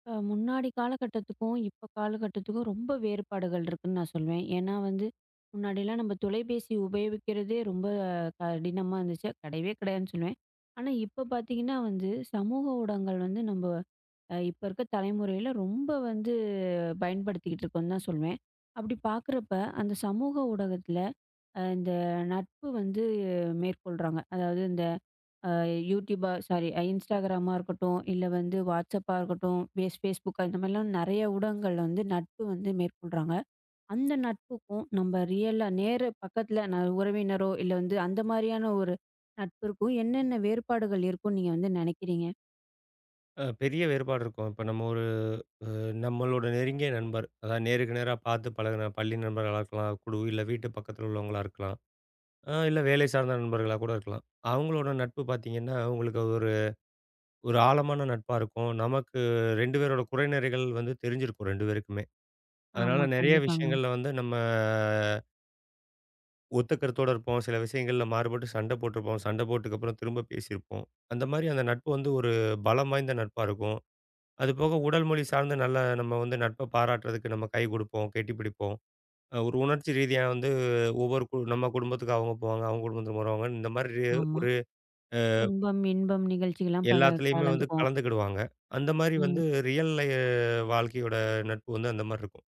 இப்ப முன்னாடி காலகட்டத்துக்கும், இப்ப காலகட்டத்துக்கும் ரொம்ப வேறுபாடுகள் இருக்குன்னு நான் சொல்லுவேன். ஏன்னா முன்னாடிலாம் நம்ம தொலைபேசி உபயோகிக்கிறதே ரொம்ப கடினமா இருந்துச்சு. கிடையவே கிடையாதுன்னு சொல்லுவேன். ஆனா, இப்ப பார்த்தீங்கன்னா சமூக ஊடகங்கள் நம்ம இப்ப இருக்க தலைமுறையில ரொம்ப பயன்படுத்திக்கிட்டு இருக்கோம்னு தான் சொல்லுவேன். அப்படி பார்க்குறப்ப, அந்த சமூக ஊடகத்தில, இந்த நட்பு மேற்கொள்றாங்க. அதாவது இந்த அ யூடியூபா சாரி இன்ஸ்டாகிராமா இருக்கட்டும், இல்ல வாட்ஸ்அப்பா இருக்கட்டும், ஃபேஸ்புக் அந்த மாதிரிலாம் நெறைய ஊடகங்கள்ல நட்பு மேற்கொள்றாங்க. அந்த நட்புக்கும் நம்ம ரியலா நேர பக்கத்துல உறவினரோ இல்ல அந்த மாதிரியான ஒரு நட்பிற்கும் என்னென்ன வேறுபாடுகள் இருக்கும்னு நீங்க நெனைக்கிறீங்க? பெரிய வேறுபாடு இருக்கும். இப்ப நம்ம ஒரு அ நம்மளோட நெருங்கிய நண்பர், அதாவது நேருக்கு நேரா பார்த்து பழகுன பள்ளி நண்பர்களா இருக்கலாம், குழு இல்ல வீட்டு பக்கத்துல உள்ளவங்களா இருக்கலாம், இல்ல வேலை சார்ந்த நண்பர்களா கூட இருக்கலாம். அவங்களோட நட்பு பார்த்தீங்கன்னா, உங்களுக்கு ஒரு ஒரு ஆழமான நட்பா இருக்கும். நமக்கு 2 பேரோட குறைநிறைகள் வந்து தெரிஞ்சிருக்கும் 2 பேருக்குமே. அதனால ஆமா, நெறைய கண்டிப்பாங்க. விஷயங்கள்ல வந்து நம்ம ஒத்துக்கருத்தோட இருப்போம். சில விஷயங்கள்ல மாறுபட்டு சண்டை போட்டிருப்போம். சண்டை போட்டதுக்கப்புறம் திரும்ப பேசியிருப்போம். அந்த மாரி அந்த நட்பு வந்து ஒரு பலம் வாய்ந்த நட்பா இருக்கும். அது போக உடல் மொழி சார்ந்து நல்ல நம்ம வந்து நட்பை பாராட்டுறதுக்கு நம்ம கை கொடுப்போம், கெட்டி பிடிப்போம். ஒரு உணர்ச்சி ரீதியா வந்து ஒவ்வொரு கு நம்ம குடும்பத்துக்கு அவங்க போவாங்க, அவங்க குடும்பத்துக்கு வருவாங்க. இந்த மாதிரி ஆமா. ஒரு துன்பம், இன்பம் நிகழ்ச்சிகள்லாம் எல்லாத்துலயுமே வந்து கலந்துக்குவோம். கலந்துக்கிடுவாங்க. அந்த மாதிரி வந்து ம். ரியல் லை வாழ்க்கையோட நட்பு வந்து அந்த மாரி இருக்கும்.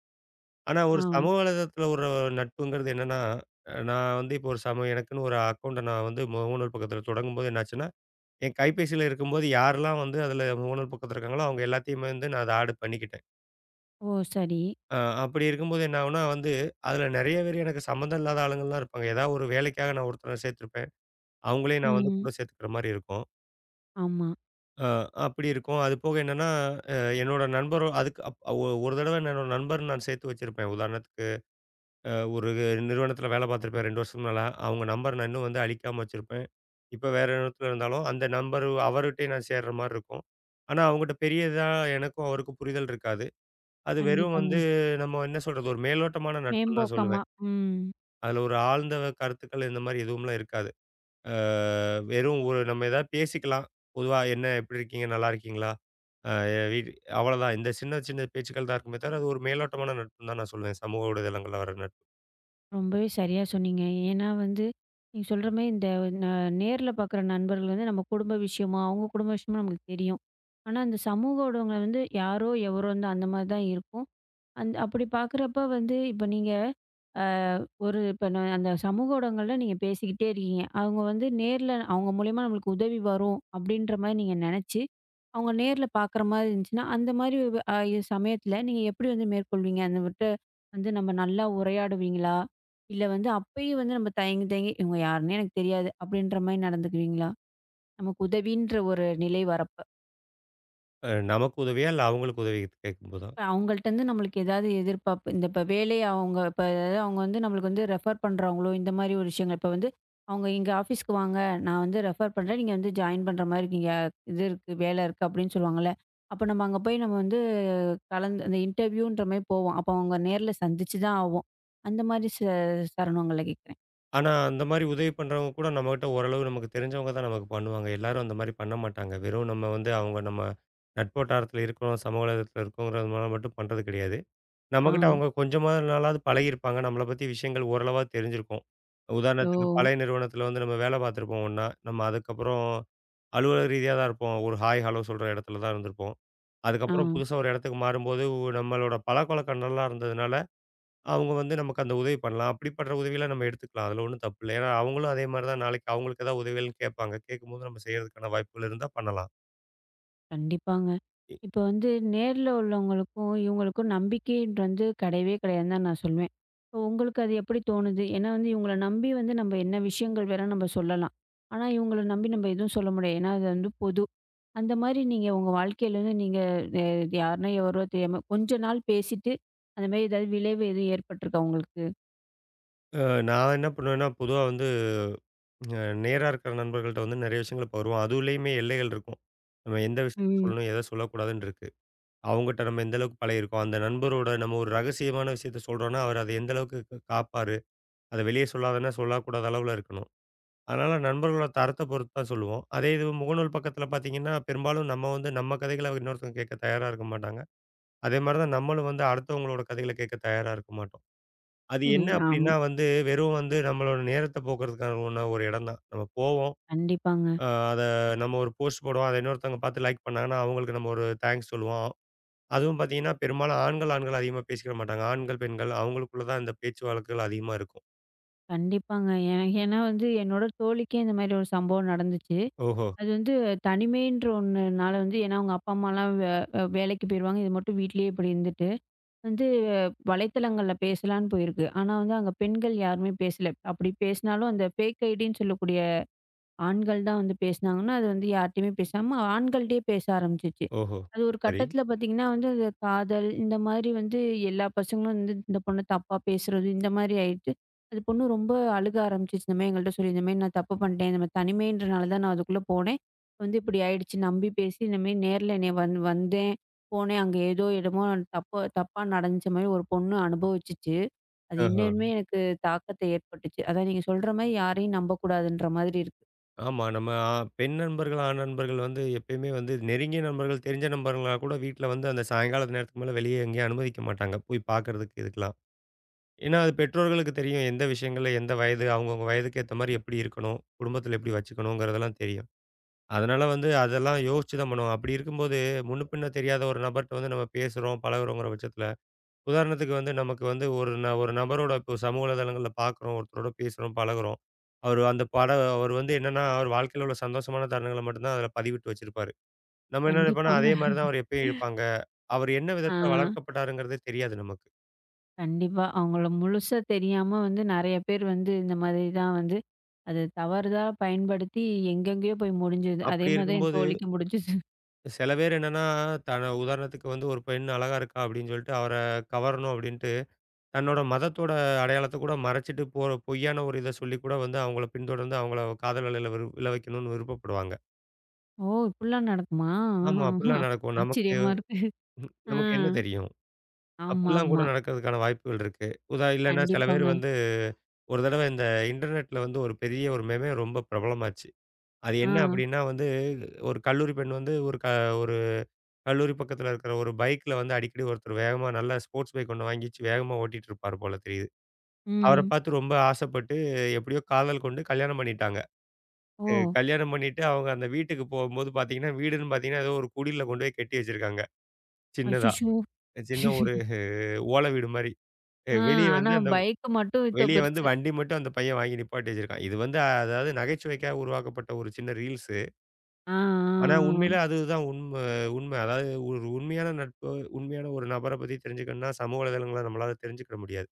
ஆனா ஆ. ஒரு சமூக வலைதளத்தில ஒரு நட்புங்கிறது என்னன்னா, நான் வந்து இப்போ ஒரு சம எனக்குன்னு ஒரு அக்கவுண்ட்ட நான் வந்து முகநூல் பக்கத்தில தொடங்கும்போது என்னாச்சுன்னா, என் கைபேசியில இருக்கும்போது யாரெல்லாம் வந்து அதில முகநூல் பக்கத்தில இருக்காங்களோ, அவங்க எல்லாத்தையுமே வந்து நான் அதை ஆட் பண்ணிக்கிட்டேன். ஓ! சரி. அப்படி இருக்கும்போது என்ன ஆகும்னா வந்து, அதில நெறைய பேர் எனக்கு சம்மந்தம் இல்லாத ஆளுங்கலாம் இருப்பாங்க. ஏதாவது ஒரு வேலைக்காக நான் ஒருத்தர சேர்த்துருப்பேன். அவங்களையும் நான் வந்து ம். கூட சேர்த்துக்கிற மாரி இருக்கும். ஆமா. அ அப்படி இருக்கும். அது போக என்னன்னா, அ என்னோட நண்பரோ அதுக்கு அப் ஒரு தடவ என்னோட நண்பர் நான் சேர்த்து வச்சிருப்பேன். உதாரணத்துக்கு ஒரு நிறுவனத்தில வேலை பார்த்துருப்பேன் 2 வருஷத்துக்கு மேல. அவங்க நம்பர் நான் இன்னும் வந்து அழிக்காம வச்சிருப்பேன். இப்ப வேற இடத்துல இருந்தாலும், அந்த நம்பர் அவர்கிட்டயும் நான் சேர்ற மாரி இருக்கும். ஆனா, அவங்ககிட்ட பெரியதா எனக்கும் அவருக்கும் புரிதல் இருக்காது. அது வெறும் வந்து கண்டிப்பாங்க. நம்ம என்ன சொல்றது? ஒரு மேலோட்டமான நட்புன்னு தான் மேம்போக்கமா. சொல்லுவேன். ம். அதுல ஒரு ஆழ்ந்த கருத்துக்கள் இந்த மாதிரி எதுவும்லாம் இருக்காது. அ வெறும் ஒரு நம்ம ஏதாவது பேசிக்கலாம். பொதுவா என்ன எப்படி இருக்கீங்க? நல்லா இருக்கீங்களா? அ வீட் அவ்வளோதான். இந்த சின்ன சின்ன பேச்சுக்கள் தான் இருக்குமே தவிர, அது ஒரு மேலோட்டமான நட்புன்னு தான் நான் சொல்லுவேன். சமூக ஊடதளங்கள்ல வர நட்பு. ரொம்பவே சரியா சொன்னீங்க. ஏன்னா நீங்க சொல்ற மாரி இந்த ந நேர்ல பார்க்குற நண்பர்கள் நம்ம குடும்ப விஷயமா, அவங்க குடும்ப விஷயமா நமக்கு தெரியும். ஆனா, இந்த சமூக ஊடகங்கள் யாரோ, எவரோ அந்த மாரி தான் இருக்கும். அப்படி பார்க்குறப்ப இப்ப நீங்க அ ஒரு இப்ப நான் அந்த சமூக ஊடகங்கள்ல நீங்க பேசிக்கிட்டே இருக்கீங்க. அவங்க நேர்ல அவங்க மூலியமா நம்மளுக்கு உதவி வரும் அப்படின்ற மாரி நீங்க நெனச்சு, அவங்க நேர்ல பார்க்குற மாரி இருந்துச்சுன்னா, அந்த மாரி வ் அ சமயத்துல நீங்க எப்படி மேற்கொள்வீங்க? அந்த விட்ட நம்ம நல்லா உரையாடுவீங்களா? இல்ல அப்பயும் நம்ம தயங்கி தயங்கி, "இவங்க யாருன்னே எனக்கு தெரியாது." அப்படின்ற மாரி நடந்துக்குவீங்களா? நமக்கு உதவின்ற ஒரு நிலை வரப்ப. நமக்கு உதவியா? இல்ல அவங்களுக்கு உதவி கேட்கும்போதா? இப்ப அவங்கள்ட்டருந்து நம்மளுக்கு ஏதாவது எதிர்பார்ப்பு, இந்த இப்ப வேலை அவங்க இப்ப அதாவது அவங்க நம்மளுக்கு ரெஃபர் பண்றாங்களோ, இந்த மாரி ஒரு விஷயங்கள். இப்ப அவங்க "எங்க ஆஃபீஸ்க்கு வாங்க. நான் ரெஃபர் பண்றேன். நீங்க ஜாயின் பண்ற மாரி இங்க இது இருக்கு, வேலை இருக்கு" அப்படின்னு சொல்லுவாங்கல்ல. அப்ப நம்ம அங்க போய் நம்ம கலந்து அந்த இன்டர்வியூன்ற மாரி போவோம். அப்ப அவங்க நேர்ல சந்திச்சு தான் ஆவோம். அந்த மாரி சரணங்கள்ல கேட்கிறேன். ஆனா அந்த மாதிரி உதவி பண்றவங்க கூட நம்மகிட்ட ஓரளவு நமக்கு தெரிஞ்சவங்க தான் நமக்கு பண்ணுவாங்க. எல்லாரும் அந்த மாதிரி பண்ண மாட்டாங்க. வெறும் நம்ம வந்து அவங்க நம்ம நட்போட்டாரத்துல இருக்கிறோம், சமூக ஊடகத்துல இருக்கோங்கிறதுனால மட்டும் பண்றது கிடையாது. ஆ. நம்மகிட்ட அவங்க கொஞ்சமா நாளாவது பழகியிருப்பாங்க. நம்மள பத்தி விஷயங்கள் ஓரளவா தெரிஞ்சிருக்கும். ஓ! உதாரணத்துக்கு பழைய நிறுவனத்தில வந்து நம்ம வேலை பார்த்துருப்போம் ஒண்ணா. நம்ம அதுக்கப்புறம் அலுவலக ரீதியா தான் இருப்போம். ஒரு ஹாய், ஹலோ சொல்ற இடத்துல தான் இருந்திருப்போம். ஆ. அதுக்கப்புறம் புதுசா ஒரு இடத்துக்கு மாறும்போது நம்மளோட பழக்கவழக்கம் நல்லா இருந்ததுனால, அவங்க வந்து நமக்கு அந்த உதவி பண்ணலாம். அப்படிப்பட்ட உதவிகள நம்ம எடுத்துக்கலாம். அதில ஒண்ணும் தப்பு இல்ல. ஏன்னா அவங்களும் அதே மாரி தான் நாளைக்கு அவங்களுக்கு ஏதாவது உதவிகள்னு கேட்பாங்க. கேட்கும்போது நம்ம செய்றதுக்கான வாய்ப்புகள் இருந்தா பண்ணலாம். கண்டிப்பாங்க. இ இப்போ நேர்ல உள்ளவங்களுக்கும், இவங்களுக்கும் நம்பிக்கைன்றது கிடையவே கிடையாதுன்னு தான் நான் சொல்லுவேன். இப்போ உங்களுக்கு அது எப்படி தோணுது? ஏன்னா இவங்கள நம்பி நம்ம என்ன விஷயங்கள் வேணா நம்ம சொல்லலாம். ஆனா இவங்கள நம்பி நம்ம எதுவும் சொல்ல முடியாது. ஏன்னா அது பொது. அந்த மாரி நீங்க உங்க வாழ்க்கையில நீங்க அ யாருன்னா எவரோ தெரியாம கொஞ்ச நாள் பேசிட்டு, அந்த மாரி ஏதாவது விளைவு எதுவும் ஏற்பட்டுருக்கா உங்களுக்கு? அ நான் என்ன பண்ணுவேன்னா, பொதுவா வந்து அ நேரா இருக்கிற நண்பர்கள்ட்ட வந்து நெறைய விஷயங்கள பகிருவோம். அதுலயுமே எல்லைகள் இருக்கும். நம்ம எந்த விஷயத்த ம். சொல்லணும், எத சொல்லக்கூடாதுன்னு இருக்கு. அவங்கட்ட நம்ம எந்த அளவுக்கு பழகியிருக்கோம், அந்த நண்பரோட நம்ம ஒரு ரகசியமான விஷயத்த சொல்றோம்னா, அவர் அத எந்த அளவுக்கு காப்பாரு. அத வெளிய சொல்லாதன்னா, சொல்லக்கூடாத அளவுல இருக்கணும். அதனால நண்பர்களோட தரத்த பொறுத்து தான் சொல்லுவோம். அதே இது முகநூல் பக்கத்துல பார்த்தீங்கன்னா, பெரும்பாலும் நம்ம வந்து நம்ம கதைகள இன்னொருத்தவங்க கேட்க தயாரா இருக்க மாட்டாங்க. அதே மாரி தான் நம்மளும் வந்து அடுத்தவங்களோட கதைகள கேட்க தயாரா இருக்க மாட்டோம். அது என்ன ம்ஹ்ம். அப்டின்னா ஆமா. வந்து, வெறும் வந்து நம்மளோட நேரத்த போக்குறதுக்கான ஒரு இடம் தான். நம்ம போவோம். கண்டிப்பாங்க, அ அத நம்ம ஒரு போஸ்ட் போடுவோம். அத இன்னொருத்தவங்க பார்த்து லைக் பண்ணாங்கன்னா, அவங்களுக்கு நம்ம ஒரு தேங்க்ஸ் சொல்லுவோம். அதுவும் பார்த்தீங்கன்னா, பெரும்பாலும் ஆண்கள் அதிகமா பேசிக்கிட மாட்டாங்க. ஆண்கள், பெண்கள் அவங்களுக்குள்ள தான் இந்த பேச்சு வழக்குகள் அதிகமா இருக்கும். கண்டிப்பாங்க. ஏன்னா என்னோட தோழிக்கே இந்த மாரி ஒரு சம்பவம் நடந்துச்சு. ஓஹோ! அது தனிமைன்ற ஒண்ணுனால ஏன்னா அவங்க அப்பா, அம்மாலாம் வே அ வேலைக்கு போயிருவாங்க. இது மட்டும் வீட்லயே இப்படி இருந்துட்டு, வந்து வலைத்தளங்கள்ல பேசலான்னு போயிருக்கு. ஆனா அங்க பெண்கள் யாருமே பேசல. அப்படி பேசினாலும் அந்த ஃபேக் ஐடின்னு சொல்லக்கூடிய ஆண்கள் தான் பேசினாங்கன்னா, அது யார்ட்டயுமே பேசாம ஆண்கள்ட்டயே பேச ஆரம்பிச்சுச்சு. ஓஹோ! அது ஒரு சரி. கட்டத்தில பார்த்தீங்கன்னா அது காதல் இந்த மாதிரி எல்லா பசங்களும் இந்த பொண்ண தப்பா பேசுறது, இந்த மாதிரி ஆயிடுச்சு. அது பொண்ணு ரொம்ப அழுக ஆரம்பிச்சுச்சு. இந்த மாரி எங்கள்ட்ட சொல்லி, "இந்த மாரி நான் தப்பு பண்ணிட்டேன். இந்த மாரி தனிமைன்றனால தான் நான் அதுக்குள்ள போனேன். இப்படி ஆயிடுச்சு." நம்பி பேசி இந்த மாரி நேர்ல என்னைய வந்தேன், போனேன். அங்க ஏதோ என்னமோ தப்பு தப்பா நடந்துச்ச மாரி ஒரு பொண்ணு அனுபவிச்சுச்சு. அது ஆஹா. இன்னுமே எனக்கு தாக்கத்த ஏற்பட்டுச்சு. அதான் நீங்க சொல்ற மாரி யாரையும் நம்பக்கூடாதுன்ற மாதிரி இருக்கு. ஆமா. நம்ம பெண் நண்பர்கள், ஆண் நண்பர்கள் வந்து எப்பயுமே வந்து நெருங்கிய நண்பர்கள், தெரிஞ்ச நண்பர்களா கூட வீட்ல வந்து அந்த சாயங்காலத்து நேரத்துக்கு மேல வெளிய எங்கேயும் அனுமதிக்க மாட்டாங்க. போய் பார்க்கறதுக்கு இதுக்கெல்லாம். ஏன்னா, அது பெற்றோர்களுக்கு தெரியும். எந்த விஷயங்கள்ல, எந்த வயது, அவங்கவங்க வயதுக்கு ஏத்த மாரி எப்படி இருக்கணும்? குடும்பத்தில எப்படி வச்சுக்கணுங்கிறதெல்லாம் தெரியும். அதனால வந்து அதெல்லாம் யோசிச்சு தான் பண்ணுவோம். அப்படி இருக்கும்போது, முன்ன பின்ன தெரியாத ஒரு நபர்ட்ட வந்து நம்ம பேசுறோம், பழகுறோங்கிற பட்சத்தில, உதாரணத்துக்கு வந்து நமக்கு வந்து ஒரு நபரோட இப்போ சமூக வலைதளங்கள்ல பார்க்குறோம், ஒருத்தரோட பேசுறோம், பழகுறோம். அவரு அந்த பட அவரு வந்து என்னன்னா, அவர் வாழ்க்கையில உள்ள சந்தோஷமான தருணங்கள மட்டும் தான் அதில பதிவிட்டு வச்சிருப்பாரு. நம்ம என்ன நினைப்போம்னா, கண்டிப்பாங்க. அதே மாரி தான் அவர் எப்பயும் இருப்பாங்க. அவர் என்ன ஆ விதத்தில வளர்க்கப்பட்டாருங்கிறதே தெரியாது நமக்கு. கண்டிப்பா. அவங்கள முழுசா தெரியாம நெறைய பேர் இந்த மாதிரி தான் அது தவறுதா பயன்படுத்தி எங்கெங்கேயோ போய் முடிஞ்சது. அதே அப்படி மாரி தான் என் இருக்கும்போது, தோழிக்கு முடிஞ்சுது. சில பேர் என்னன்னா, உதாரணத்துக்கு வந்து ஒரு பெண் அழகா இருக்கா அப்படின்னு சொல்லிட்டு, அவர கவரணும் அப்படின்ட்டு தன்னோட மதத்தோட அடையாளத்த கூட மறைச்சிட்டு போற பொய்யான ஒரு இத சொல்லி கூட வந்து அவங்கள பின்தொடர்ந்து அவங்கள காதல் வலையில விழ விழ வைக்கணும்னு விருப்பப்படுவாங்க. ஓ! இப்படிலாம் நடக்குமா? ஆமா, ஆஹ அப்படிலாம் நடக்கும். நமக்கு ஆச்சரியமா இருக்கு. ம், ஆ. நமக்கு என்ன தெரியும்? ஆமா, அப்படிலாம் கூட ஆமா. நடக்கிறதுக்கான வாய்ப்புகள் இருக்கு. இல்லன்னா சில பேர் கண்டிப்பாங்க. வந்து ஒரு தடவ இந்த இன்டர்நெட்ல வந்து ஒரு பெரிய ஒரு மெமே ரொம்ப பிரபலமாச்சு. அது ஆ. என்ன அப்படின்னா வந்து ஒரு கல்லூரி பெண் வந்து ஒரு க ஒரு கல்லூரி பக்கத்துல இருக்கிற ஒரு பைக்ல வந்து அடிக்கடி ஒருத்தர் வேகமா நல்ல ஸ்போர்ட்ஸ் பைக் ஒண்ணு வாங்கிச்சு வேகமா ஓட்டிட்டு இருப்பார் போல தெரியுது. அவர ம். பார்த்து ரொம்ப ஆசைப்பட்டு எப்படியோ காதல் கொண்டு கல்யாணம் பண்ணிட்டாங்க. ஓ! கல்யாணம் பண்ணிட்டு அவங்க அந்த வீட்டுக்கு போம்போது பார்த்தீங்கன்னா, வீடுன்னு பார்த்தீங்கன்னா, ஏதோ ஒரு குடில்ல கொண்டு போய் கட்டி வச்சிருக்காங்க. சின்னதா. அச்சச்சோ! சின்ன ஒரு ஓலை வீடு மாரி. அ ஆ வெளிய ஆனா வந்து அந்த பைக் மட்டும் இவ்ளோ வெளிய வந்து பெருசு. வண்டி மட்டும் அந்த பையன் வாங்கி நிப்பாட்டி வச்சிருக்கான். இது வந்து அதாவது நகைச்சுவைக்காக உருவாக்கப்பட்ட ஒரு சின்ன ரீல்ஸு. ஆ, ஆ, ஆனா ஆ. உண்மையிலே அதுதான் உண்ம உண்ம. அதாவது ஒரு உண்மையான நட்பு, உண்மையான ஒரு நபர பத்தி தெரிஞ்சுக்கணும்னா, சமூக வலைதளங்கள நம்மளால தெரிஞ்சுக்கிட முடியாது.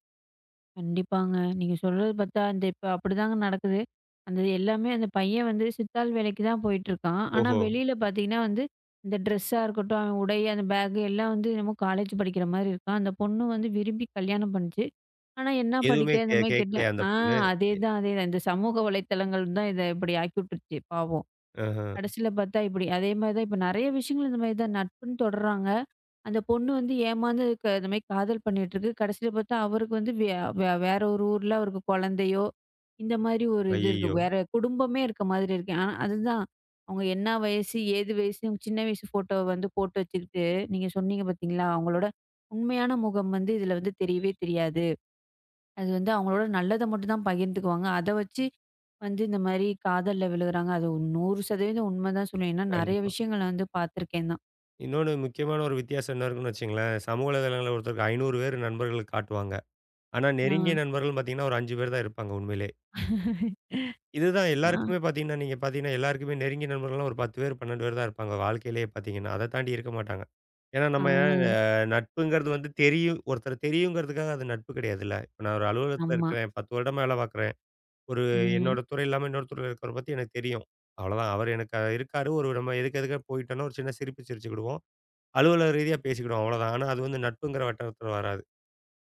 கண்டிப்பாங்க. நீங்க சொல்றது பார்த்தா, அந்த இப்ப அப்படிதாங்க நடக்குது. அந்த எல்லாமே அந்த பையன் சித்தாள் வேலைக்கு தான் போயிட்டுருக்கான். ஆனா, ஓஹோ! வெளியில பார்த்தீங்கன்னா இந்த ட்ரெஸ்ஸா இருக்கட்டும், அவன் உடை, அந்த பேக் எல்லாம் என்னமோ காலேஜ் படிக்கிற மாரி இருக்கான். அந்த பொண்ணு விரும்பி கல்யாணம் பண்ணுச்சு. ஆனா, என்ன எதுவுமே படிக்க? இந்த மாரி கேட்டா கேட்கலையா அந்த ஆ பொண்ணு? எ அதேதான், அதேதான். இந்த சமூக வலைத்தளங்கள் தான் இத இப்படி ஆக்கிவுட்டுருச்சு, பாவம். ஆஹ. கடைசியில பார்த்தா இப்படி. அதே மாரி தான் இப்ப நெறைய விஷயங்கள் இந்த மாரி தான் நட்புன்னு தொடர்றாங்க. அந்த பொண்ணு ஏமாந்து இந்த மாரி காதல் பண்ணிட்டுருக்கு. கடைசியில பார்த்தா அவருக்கு வந்து வே வே வேற ஒரு ஊர்ல அவருக்கு குழந்தையோ, இந்த மாரி ஒரு இது இருக்கு. ஐயய்யோ! வேற குடும்பமே இருக்க மாதிரி இருக்கு. ஆனா அதுதான் அவங்க என்ன வயசு, ஏது வயசுன்னு சின்ன வயசு ஃபோட்டோவ போட்டு வச்சுக்கிட்டு, நீங்க சொன்னீங்க பார்த்தீங்களா? அவங்களோட உண்மையான முகம் இதுல தெரியவே தெரியாது. அது அவங்களோட நல்லத மட்டும் தான் பகிர்ந்துக்குவாங்க. அத வச்சு இந்த மாரி காதல்ல விழுகுறாங்க. அது 100% உண்ம தான் சொல்லுவேன். ஏன்னா நெறைய கண்டிப்பா. விஷயங்கள பார்த்துருக்கேன் தான். இன்னொன்னு முக்கியமான ஒரு வித்தியாசம் என்ன இருக்குன்னு வச்சுங்களேன், சமூக வலைதளங்கள்ல ஒருத்தருக்கு 500 பேர் நண்பர்களுக்கு காட்டுவாங்க. ஆனா ஆ, நெருங்கிய நண்பர்கள்னு பார்த்தீங்கன்னா, ஒரு 5 பேர் தான் இருப்பாங்க உண்மையிலேயே. இதுதான் ஆ. எல்லாருக்குமே பார்த்தீங்கன்னா, நீங்க பார்த்தீங்கன்னா, எல்லாருக்குமே நெருங்கிய நண்பர்கள்லாம் ஒரு 10 பேர், 12 பேர் தான் இருப்பாங்க வாழ்க்கையிலேயே பார்த்தீங்கன்னா. அத தாண்டி இருக்க மாட்டாங்க. ஏன்னா ஆ, நம்ம நட்புங்கிறது வந்து தெரியும் ஒருத்தர தெரியுங்கிறதுக்காக அது நட்பு கிடையாதுல்ல. இப்ப நான் ஒரு அலுவலகத்துல ஆமா. இருக்கிறேன், 10 வருடமா வேலை பார்க்குறேன். ஒரு ம். என்னோட துறை இல்லாம இன்னொரு துறையில இருக்கிறவர பத்தி எனக்கு தெரியும். அவ்வளோதான். அவர் எனக்கு இருக்காரு. ஒரு நம்ம எதுக்கு எதுக்க போயிட்டோம்னா ஒரு சின்ன சிரிப்பு சிரிச்சுக்கிடுவோம். அலுவலக ரீதியா பேசிக்கிடுவோம் அவ்வளோதான். ஆனா, அது வந்து நட்புங்கிற வட்டாரத்துல வராது.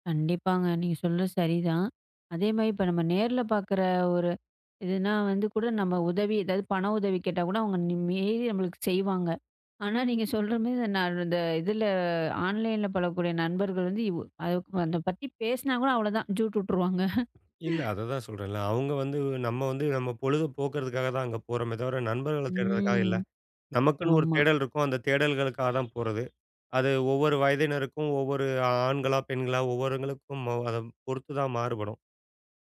கண்டிப்பாங்க. நீங்க சொல்றது சரிதான். அதே மாரி இப்ப நம்ம நேர்ல பார்க்குற ஒரு இதுனா கூட நம்ம உதவி ஏதாவது பண உதவி கேட்டா கூட அவங்க மீறி நம்மளுக்கு செய்வாங்க. ஆனா நீங்க சொல்ற மாரி இந்த நான் இந்த இதுல ஆன்லைன்ல பழகக்கூடிய நண்பர்கள் அத பத்தி பேசினா கூட அவ்வளோதான் ஜூட் விட்டுருவாங்க. இல்ல. அததான் சொல்றேன்ல. அவங்க வந்து நம்ம வந்து நம்ம பொழுது போக்குறதுக்காக தான் அங்க போறோமே தவிர, நண்பர்கள தேடுறதுக்காக இல்ல. ம். நமக்குன்னு ஒரு ஆமா. தேடல் இருக்கும். அந்த தேடல்களுக்காக தான் போறது. அது ஒவ்வொரு வயதினருக்கும், ஒவ்வொரு ஆண்களா, பெண்களா ஒவ்வொருவங்களுக்கும் அத பொறுத்து தான் மாறுபடும்.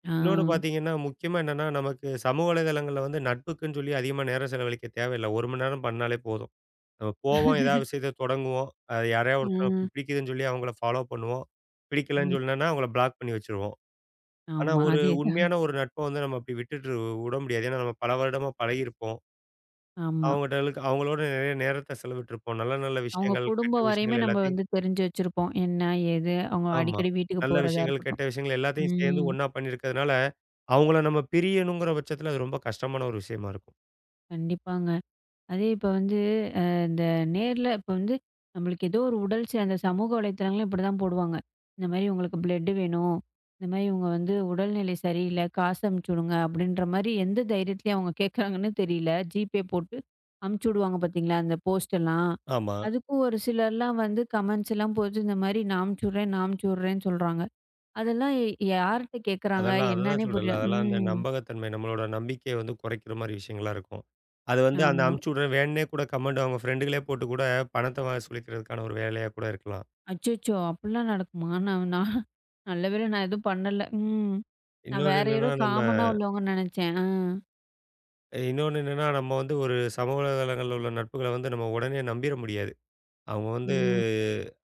ஆ. இன்னொன்னு பார்த்தீங்கன்னா, முக்கியமா என்னன்னா, நமக்கு சமூக வலைதளங்கள்ல வந்து நட்புக்குன்னு சொல்லி அதிகமா நேரம் செலவழிக்க தேவையில்ல. 1 மணி நேரம் பண்ணாலே போதும். நம்ம போவோம், ஏதாவது விஷயத்த தொடங்குவோம். அது யாரையா ஒருத்தர ம். பிடிக்குதுன்னு சொல்லி அவங்கள ஃபாலோ பண்ணுவோம். பிடிக்கலன்னு ம். சொன்னோம்னா அவங்கள பிளாக் பண்ணி வச்சுருவோம். ஆனா, ஆமா. ஒரு அதேதான். உண்மையான ஒரு நட்ப வந்து நம்ம அப்படி விட்டுட்டு உட முடியாது. ஏன்னா, நம்ம பல வருடமா பழகியிருப்போம். ஆமா. அவங்கட்டலுக்கு அவங்களோட நிறைய நேரத்த செலவிட்டுருப்போம். நல்ல நல்ல அவங்க விஷயங்கள், குடும்ப கெட்ட வரையுமே விஷயங்கள் நம்ம எல்லாத்தையும் தெரிஞ்சு வச்சிருப்போம். என்ன? ஏது? அவங்க ஆமா. அடிக்கடி வீட்டுக்கு நல்ல போறதா விஷயங்கள், கெட்ட இருக்கட்டும். விஷயங்கள் எல்லாத்தையும் சேர்ந்து ம். ஒண்ணா பண்ணியிருக்கிறதுனால, அவங்கள நம்ம பிரியணுங்கிற பட்சத்தில அது ரொம்ப கஷ்டமான ஒரு விஷயமா இருக்கும். கண்டிப்பாங்க. அதே இப்போ வந்து அ இந்த நேர்ல இப்போ நம்மளுக்கு ஏதோ ஒரு உடல் சார்ந்த சமூக வலைத்தளங்களும் இப்படிதான் போடுவாங்க. இந்த மாரி உங்களுக்கு பிளட் வேணும். இந்த மாரி இவங்க உடல்நிலை சரியில்ல. காசு அனுப்பிச்சு விடுங்க அப்படின்ற மாரி எந்த தைரியத்திலயும் அவங்க கேட்குறாங்கன்னு தெரியல. ஜிபே போட்டு அமுச்சு விடுவாங்க பார்த்தீங்களா, அந்த போஸ்ட் எல்லாம். ஆமா. அதுக்கும் ஒரு சிலர்லாம் கமெண்ட்ஸ் எல்லாம் போட்டு இந்த மாரி நான் அமுச்சு விடுறேன், நான் அமுச்சு விடுறேன்னு சொல்றாங்க. அதெல்லாம் யார்ட்ட கேட்குறாங்க? அதெல்லாம் அதுதான் என்னன்னே புரியல. சொல்றேன்ல. அதெல்லாம் அந்த ம். நம்பகத்தன்மை, நம்மளோட நம்பிக்கைய வந்து குறைக்கிற மாரி விஷயங்களா இருக்கும். அது வந்து அந்த ஆமா. அனுப்பிச்சு விடுற வேணுன்னே கூட கமெண்ட் அவங்க ஃப்ரெண்டுகளே போட்டு கூட பணத்த வசூலிக்கிறதுக்கான ஒரு வேலையா கூட இருக்கலாம். அச்சச்சோ! அப்படிலாம் நடக்குமா? நான் நான் நல்ல வேளை நான் எதுவும் பண்ணல. ம். நான் இன்னொன்னு வேற என்னன்னா, யாரோ நம்ம காமனா உள்ளவங்கன்னு நெனச்சேன். ஆ. இன்னொன்னு என்னன்னா, நம்ம வந்து ஒரு சமூக வலைதளங்கள்ல உள்ள நட்புகள வந்து நம்ம உடனே நம்பிற முடியாது. அவங்க வந்து ம்.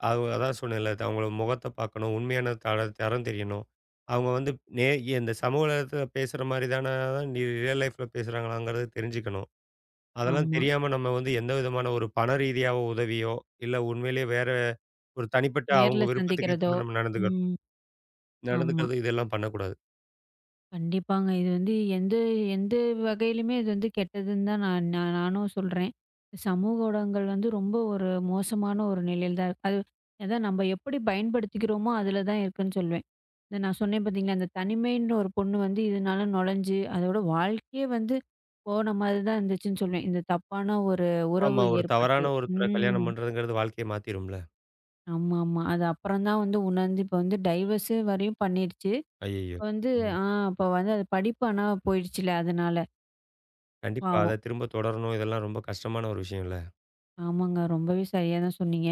அவங்க அதான் சொன்னேன்ல, அவங்களோட முகத்த பார்க்கணும், உண்மையான தரம் தெரியணும். அவங்க வந்து நே இந்த சமூக வலைதளத்தில பேசுற மாரி தான ரியல் லைஃப்ல பேசுறாங்களாங்கிறத தெரிஞ்சுக்கணும். அதெல்லாம் ஆமா. தெரியாம நம்ம வந்து எந்த விதமான ஒரு பண ரீதியா உதவியோ, இல்ல உண்மையிலேயே வேற ஒரு தனிப்பட்ட அவங்க நேர்ல விருப்பத்துக்கு ஏத்த சந்திக்கிறதோ. மாரி நம்ம நடந்துக்கணும். ம். ஆமா. நடந்துக்கிறது இதெல்லாம் பண்ணக்கூடாது. கண்டிப்பாங்க. இது வந்து எந்த எந்த வகையிலுமே இது கெட்டதுன்னு தான் நான் நான் நானும் சொல்றேன். சமூக ஊடகங்கள் ரொம்ப ஒரு மோசமான ஒரு நிலையில தான் இருக்கு. அதான் நம்ம எப்படி பயன்படுத்திக்கிறோமோ, அதில தான் இருக்குன்னு சொல்வேன். இந்த நான் சொன்னேன் பார்த்தீங்களா, அந்த தனிமைன்ற ஒரு பொண்ணு இதனால நுழைஞ்சு, அதோட வாழ்க்கையே போன மாரி தான் இருந்துச்சுன்னு சொல்வேன். இந்த தப்பான ஒரு உறவு ஆமா. ஒரு ஏற்பட்டு. தவறான ஒருத்தர ம். கல்யாணம் பண்றதுங்கிறது வாழ்க்கைய மாத்திரும்ல. ஆமாமா. அது அப்புறம் தான் உணர்ந்து இப்ப டைவர்ஸு வரையும் பண்ணிருச்சு. ஐய்யய்யோ! இப்ப வந்து ம். ஆ அப்ப அது படிப்பு ஆனா போயிடுச்சுல அதனால. கண்டிப்பா. அத பாவம். திரும்ப தொடரணும். இதெல்லாம் ரொம்ப கஷ்டமான ஒரு விஷயம்ல. ஆமாங்க. ரொம்பவே சரியா தான் சொன்னீங்க.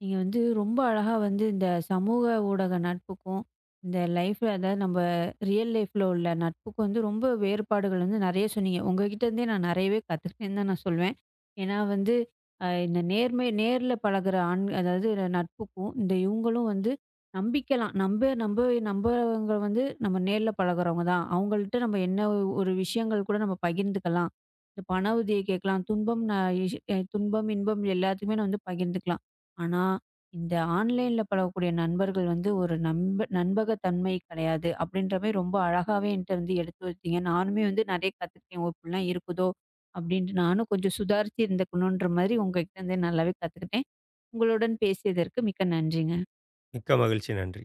நீங்க ரொம்ப அழகா இந்த சமூக ஊடக நட்புக்கும், இந்த லைஃப்ல அதாவது நம்ம ரியல் லைஃப்ல உள்ள நட்புக்கும் ரொம்ப வேறுபாடுகள் நெறைய சொன்னீங்க. உங்ககிட்ட இருந்தே நான் நெறையவே கத்துக்கிட்டேன்னு தான் நான் சொல்வேன். ஏன்னா வந்து அ இந்த நேர்ல பழகுற ஆண் அதாவது நட்புக்கும், இந்த இவங்களும் நம்பிக்கலாம். நம்ப நம்ப நம்பவங்க நம்ம நேர்ல பழகுறவங்க தான். அவங்கள்ட்ட நம்ம என்ன ஒரு விஷயங்கள் கூட நம்ம பகிர்ந்துக்கலாம். இந்த பண உதவி கேட்கலாம். துன்பம் ந இஷ் துன்பம், இன்பம் எல்லாத்துக்குமே நான் பகிர்ந்துக்கலாம். ஆனா, இந்த ஆன்லைன்ல பழகக்கூடிய நண்பர்கள் ஒரு நம்பகத்தன்மை கிடையாது. அப்படின்ற மாரி ரொம்ப அழகாவே என்ட்ட எடுத்து வைத்தீங்க. நானுமே நெறைய கத்துக்கிட்டேன். ஓ! இப்படிலாம் இருக்குதோ! அப்படின்ட்டு நானும் கொஞ்சம் சுதாரிச்சு இருந்துக்கணுன்ற மாரி உங்ககிட்ட இருந்து நல்லாவே கத்துக்கிட்டேன். உங்களுடன் பேசியதற்கு மிக்க நன்றிங்க. மிக்க மகிழ்ச்சி. நன்றி.